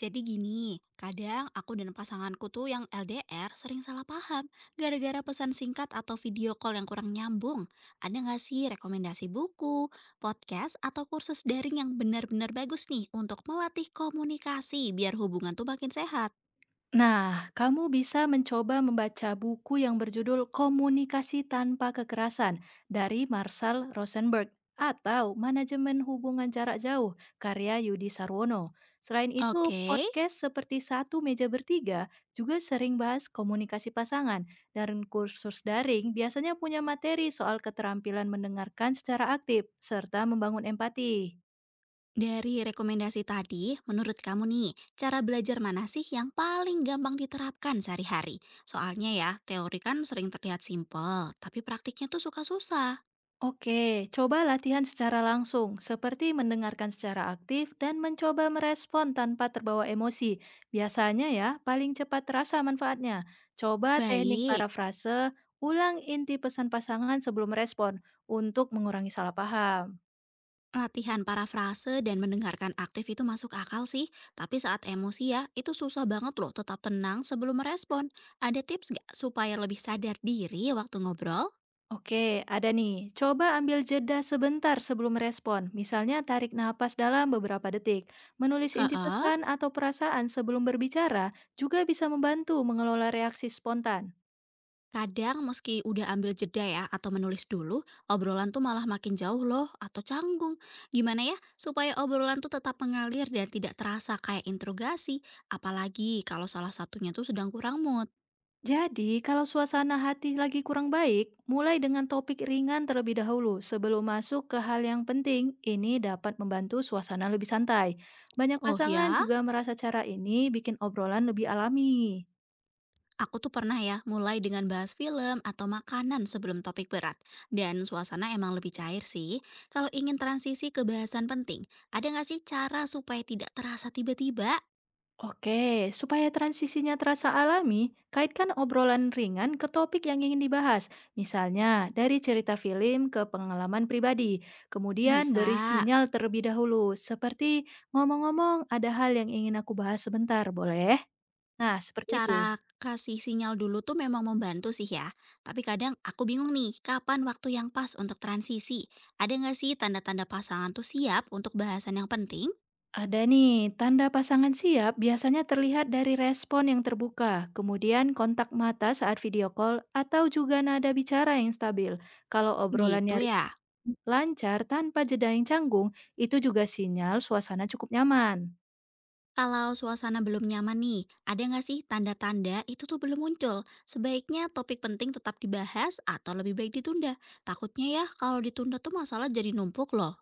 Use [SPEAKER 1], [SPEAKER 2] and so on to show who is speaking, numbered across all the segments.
[SPEAKER 1] Jadi gini, kadang aku dan pasanganku tuh yang LDR sering salah paham gara-gara pesan singkat atau video call yang kurang nyambung. Ada nggak sih rekomendasi buku, podcast, atau kursus daring yang benar-benar bagus nih untuk melatih komunikasi biar hubungan tuh makin sehat?
[SPEAKER 2] Nah, kamu bisa mencoba membaca buku yang berjudul Komunikasi Tanpa Kekerasan dari Marshall Rosenberg atau Manajemen Hubungan Jarak Jauh karya Yudi Sarwono. Selain itu,
[SPEAKER 1] Oke,
[SPEAKER 2] podcast seperti Satu Meja Bertiga juga sering bahas komunikasi pasangan dan kursus daring biasanya punya materi soal keterampilan mendengarkan secara aktif serta membangun empati.
[SPEAKER 1] dari rekomendasi tadi, menurut kamu nih, cara belajar mana sih yang paling gampang diterapkan sehari-hari? Soalnya ya, teori kan sering terlihat simpel, tapi praktiknya tuh suka susah.
[SPEAKER 2] Oke, coba latihan secara langsung, seperti mendengarkan secara aktif dan mencoba merespon tanpa terbawa emosi. Biasanya ya, paling cepat terasa manfaatnya. Coba teknik
[SPEAKER 1] Baik.
[SPEAKER 2] parafrase, ulang inti pesan pasangan sebelum respon untuk mengurangi salah paham.
[SPEAKER 1] Latihan parafrase dan mendengarkan aktif itu masuk akal sih, tapi saat emosi ya, itu susah banget loh tetap tenang sebelum merespon. Ada tips nggak supaya lebih sadar diri waktu ngobrol?
[SPEAKER 2] Oke, ada nih. Coba ambil jeda sebentar sebelum merespon. Misalnya tarik napas dalam beberapa detik. Menulis inti
[SPEAKER 1] Heeh,
[SPEAKER 2] pesan atau perasaan sebelum berbicara juga bisa membantu mengelola reaksi spontan.
[SPEAKER 1] kadang meski udah ambil jeda ya atau menulis dulu, obrolan tuh malah makin jauh loh atau canggung. Gimana ya supaya obrolan tuh tetap mengalir dan tidak terasa kayak interogasi, apalagi kalau salah satunya tuh sedang kurang mood.
[SPEAKER 2] Jadi, kalau suasana hati lagi kurang baik, mulai dengan topik ringan terlebih dahulu sebelum masuk ke hal yang penting. Ini dapat membantu suasana lebih santai. Banyak
[SPEAKER 1] Oh
[SPEAKER 2] pasangan
[SPEAKER 1] ya,
[SPEAKER 2] juga merasa cara ini bikin obrolan lebih alami.
[SPEAKER 1] aku tuh pernah ya mulai dengan bahas film atau makanan sebelum topik berat. Dan suasana emang lebih cair sih. Kalau ingin transisi ke bahasan penting, ada nggak sih cara supaya tidak terasa tiba-tiba?
[SPEAKER 2] Oke, supaya transisinya terasa alami, kaitkan obrolan ringan ke topik yang ingin dibahas. Misalnya, dari cerita film ke pengalaman pribadi. Kemudian beri
[SPEAKER 1] Bisa.
[SPEAKER 2] sinyal terlebih dahulu, seperti ngomong-ngomong ada hal yang ingin aku bahas sebentar, boleh? Nah, seperti itu.
[SPEAKER 1] Cara kasih sinyal dulu tuh memang membantu sih ya. Tapi kadang aku bingung nih, kapan waktu yang pas untuk transisi? Ada nggak sih tanda-tanda pasangan tuh siap untuk bahasan yang penting?
[SPEAKER 2] Ada nih, tanda pasangan siap biasanya terlihat dari respon yang terbuka, kemudian kontak mata saat video call, atau juga nada bicara yang stabil. Kalau
[SPEAKER 1] Gitu
[SPEAKER 2] obrolannya
[SPEAKER 1] ya.
[SPEAKER 2] ringan, lancar tanpa jeda yang canggung, itu juga sinyal suasana cukup nyaman.
[SPEAKER 1] Kalau suasana belum nyaman nih, ada nggak sih tanda-tanda itu tuh belum muncul? Sebaiknya topik penting tetap dibahas atau lebih baik ditunda? Takutnya ya kalau ditunda tuh masalah jadi numpuk loh.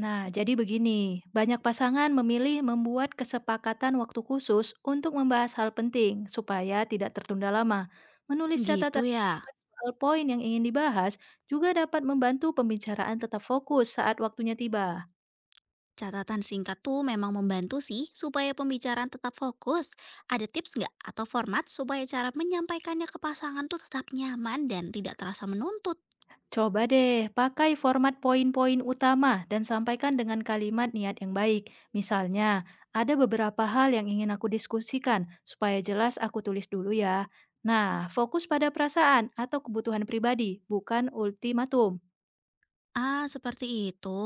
[SPEAKER 2] Nah, jadi begini, banyak pasangan memilih membuat kesepakatan waktu khusus untuk membahas hal penting supaya tidak tertunda lama. Menulis
[SPEAKER 1] Gitu
[SPEAKER 2] catatan
[SPEAKER 1] ya.
[SPEAKER 2] soal poin yang ingin dibahas juga dapat membantu pembicaraan tetap fokus saat waktunya tiba.
[SPEAKER 1] Catatan singkat tuh memang membantu sih supaya pembicaraan tetap fokus. Ada tips nggak atau format supaya cara menyampaikannya ke pasangan tuh tetap nyaman dan tidak terasa menuntut?
[SPEAKER 2] Coba deh, pakai format poin-poin utama dan sampaikan dengan kalimat niat yang baik. Misalnya, ada beberapa hal yang ingin aku diskusikan, supaya jelas aku tulis dulu ya. Nah, fokus pada perasaan atau kebutuhan pribadi, bukan ultimatum.
[SPEAKER 1] Ah, seperti itu.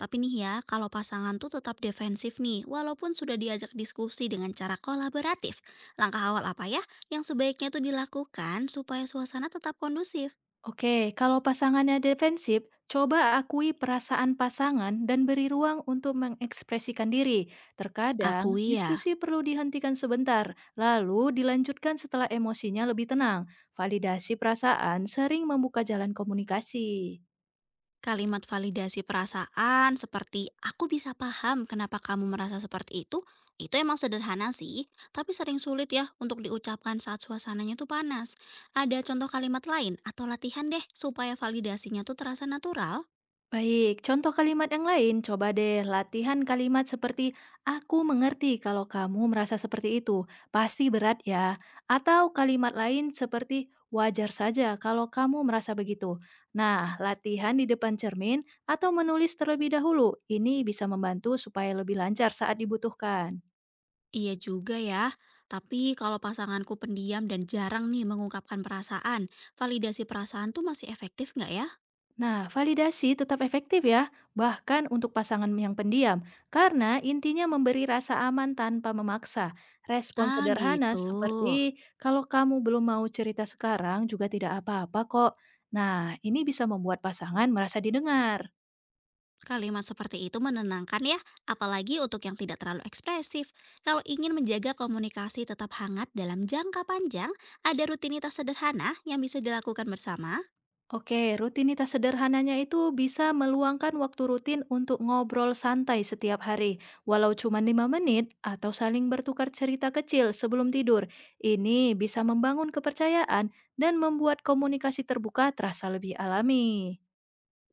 [SPEAKER 1] Tapi nih ya, kalau pasangan tuh tetap defensif nih, walaupun sudah diajak diskusi dengan cara kolaboratif. Langkah awal apa ya yang sebaiknya tuh dilakukan supaya suasana tetap kondusif?
[SPEAKER 2] Oke, kalau pasangannya defensif, coba akui perasaan pasangan dan beri ruang untuk mengekspresikan diri. Terkadang,
[SPEAKER 1] Akui ya,
[SPEAKER 2] diskusi perlu dihentikan sebentar, lalu dilanjutkan setelah emosinya lebih tenang. Validasi perasaan sering membuka jalan komunikasi.
[SPEAKER 1] kalimat validasi perasaan seperti aku bisa paham kenapa kamu merasa seperti itu emang sederhana sih, tapi sering sulit ya untuk diucapkan saat suasananya tuh panas. Ada contoh kalimat lain atau latihan deh supaya validasinya tuh terasa natural?
[SPEAKER 2] Baik, contoh kalimat yang lain, coba deh latihan kalimat seperti "Aku mengerti kalau kamu merasa seperti itu, pasti berat ya." Atau kalimat lain seperti "Wajar saja kalau kamu merasa begitu." Nah, latihan di depan cermin atau menulis terlebih dahulu, ini bisa membantu supaya lebih lancar saat dibutuhkan.
[SPEAKER 1] Iya juga ya, tapi kalau pasanganku pendiam dan jarang nih mengungkapkan perasaan, validasi perasaan tuh masih efektif nggak ya?
[SPEAKER 2] Nah, validasi tetap efektif ya, bahkan untuk pasangan yang pendiam, karena intinya memberi rasa aman tanpa memaksa. Respon
[SPEAKER 1] Ah
[SPEAKER 2] sederhana
[SPEAKER 1] gitu.
[SPEAKER 2] seperti, kalau kamu belum mau cerita sekarang juga tidak apa-apa kok. Nah, ini bisa membuat pasangan merasa didengar.
[SPEAKER 1] Kalimat seperti itu menenangkan ya, apalagi untuk yang tidak terlalu ekspresif. Kalau ingin menjaga komunikasi tetap hangat dalam jangka panjang, ada rutinitas sederhana yang bisa dilakukan bersama.
[SPEAKER 2] Oke, rutinitas sederhananya itu bisa meluangkan waktu rutin untuk ngobrol santai setiap hari, walau cuma 5 menit atau saling bertukar cerita kecil sebelum tidur. Ini bisa membangun kepercayaan dan membuat komunikasi terbuka terasa lebih alami.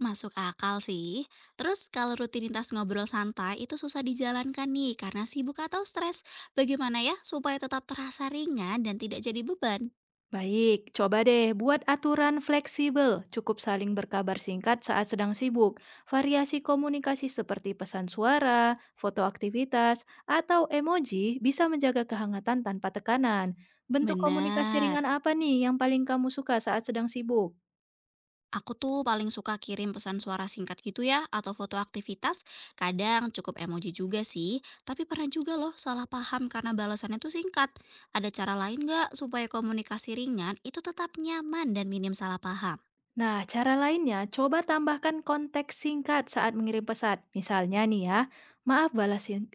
[SPEAKER 1] Masuk akal sih. Terus kalau rutinitas ngobrol santai itu susah dijalankan nih karena sibuk atau stres. Bagaimana ya supaya tetap terasa ringan dan tidak jadi beban?
[SPEAKER 2] Baik, coba deh buat aturan fleksibel, cukup saling berkabar singkat saat sedang sibuk. Variasi komunikasi seperti pesan suara, foto aktivitas, atau emoji bisa menjaga kehangatan tanpa tekanan. Bentuk komunikasi
[SPEAKER 1] Benar.
[SPEAKER 2] ringan apa nih yang paling kamu suka saat sedang sibuk?
[SPEAKER 1] Aku tuh paling suka kirim pesan suara singkat gitu ya atau foto aktivitas. Kadang cukup emoji juga sih, tapi pernah juga loh salah paham karena balasannya tuh singkat. Ada cara lain nggak supaya komunikasi ringan itu tetap nyaman dan minim salah paham?
[SPEAKER 2] Nah, cara lainnya, coba tambahkan konteks singkat saat mengirim pesan. Misalnya nih ya, maaf balas sing-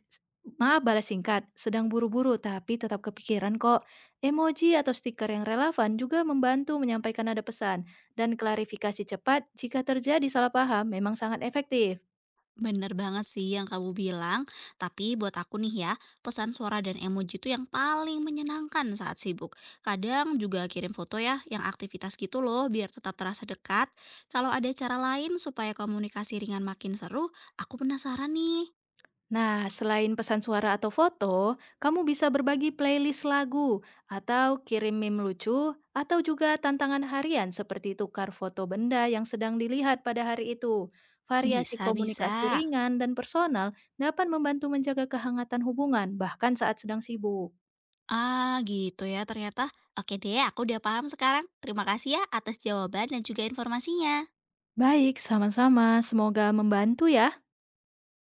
[SPEAKER 2] maaf balas singkat, sedang buru-buru tapi tetap kepikiran kok. Emoji atau stiker yang relevan juga membantu menyampaikan nada pesan dan klarifikasi cepat jika terjadi salah paham memang sangat efektif.
[SPEAKER 1] Bener banget sih yang kamu bilang, tapi buat aku nih ya, pesan suara dan emoji itu yang paling menyenangkan saat sibuk. Kadang juga kirim foto ya, yang aktivitas gitu loh, biar tetap terasa dekat. Kalau ada cara lain supaya komunikasi ringan makin seru, aku penasaran nih.
[SPEAKER 2] Nah, selain pesan suara atau foto, kamu bisa berbagi playlist lagu atau kirim meme lucu atau juga tantangan harian seperti tukar foto benda yang sedang dilihat pada hari itu. Variasi komunikasi
[SPEAKER 1] Bisa-bisa.
[SPEAKER 2] ringan dan personal dapat membantu menjaga kehangatan hubungan bahkan saat sedang sibuk.
[SPEAKER 1] Ah gitu ya ternyata. Oke deh, aku udah paham sekarang. Terima kasih ya atas jawaban dan juga informasinya.
[SPEAKER 2] Baik, sama-sama. Semoga membantu ya.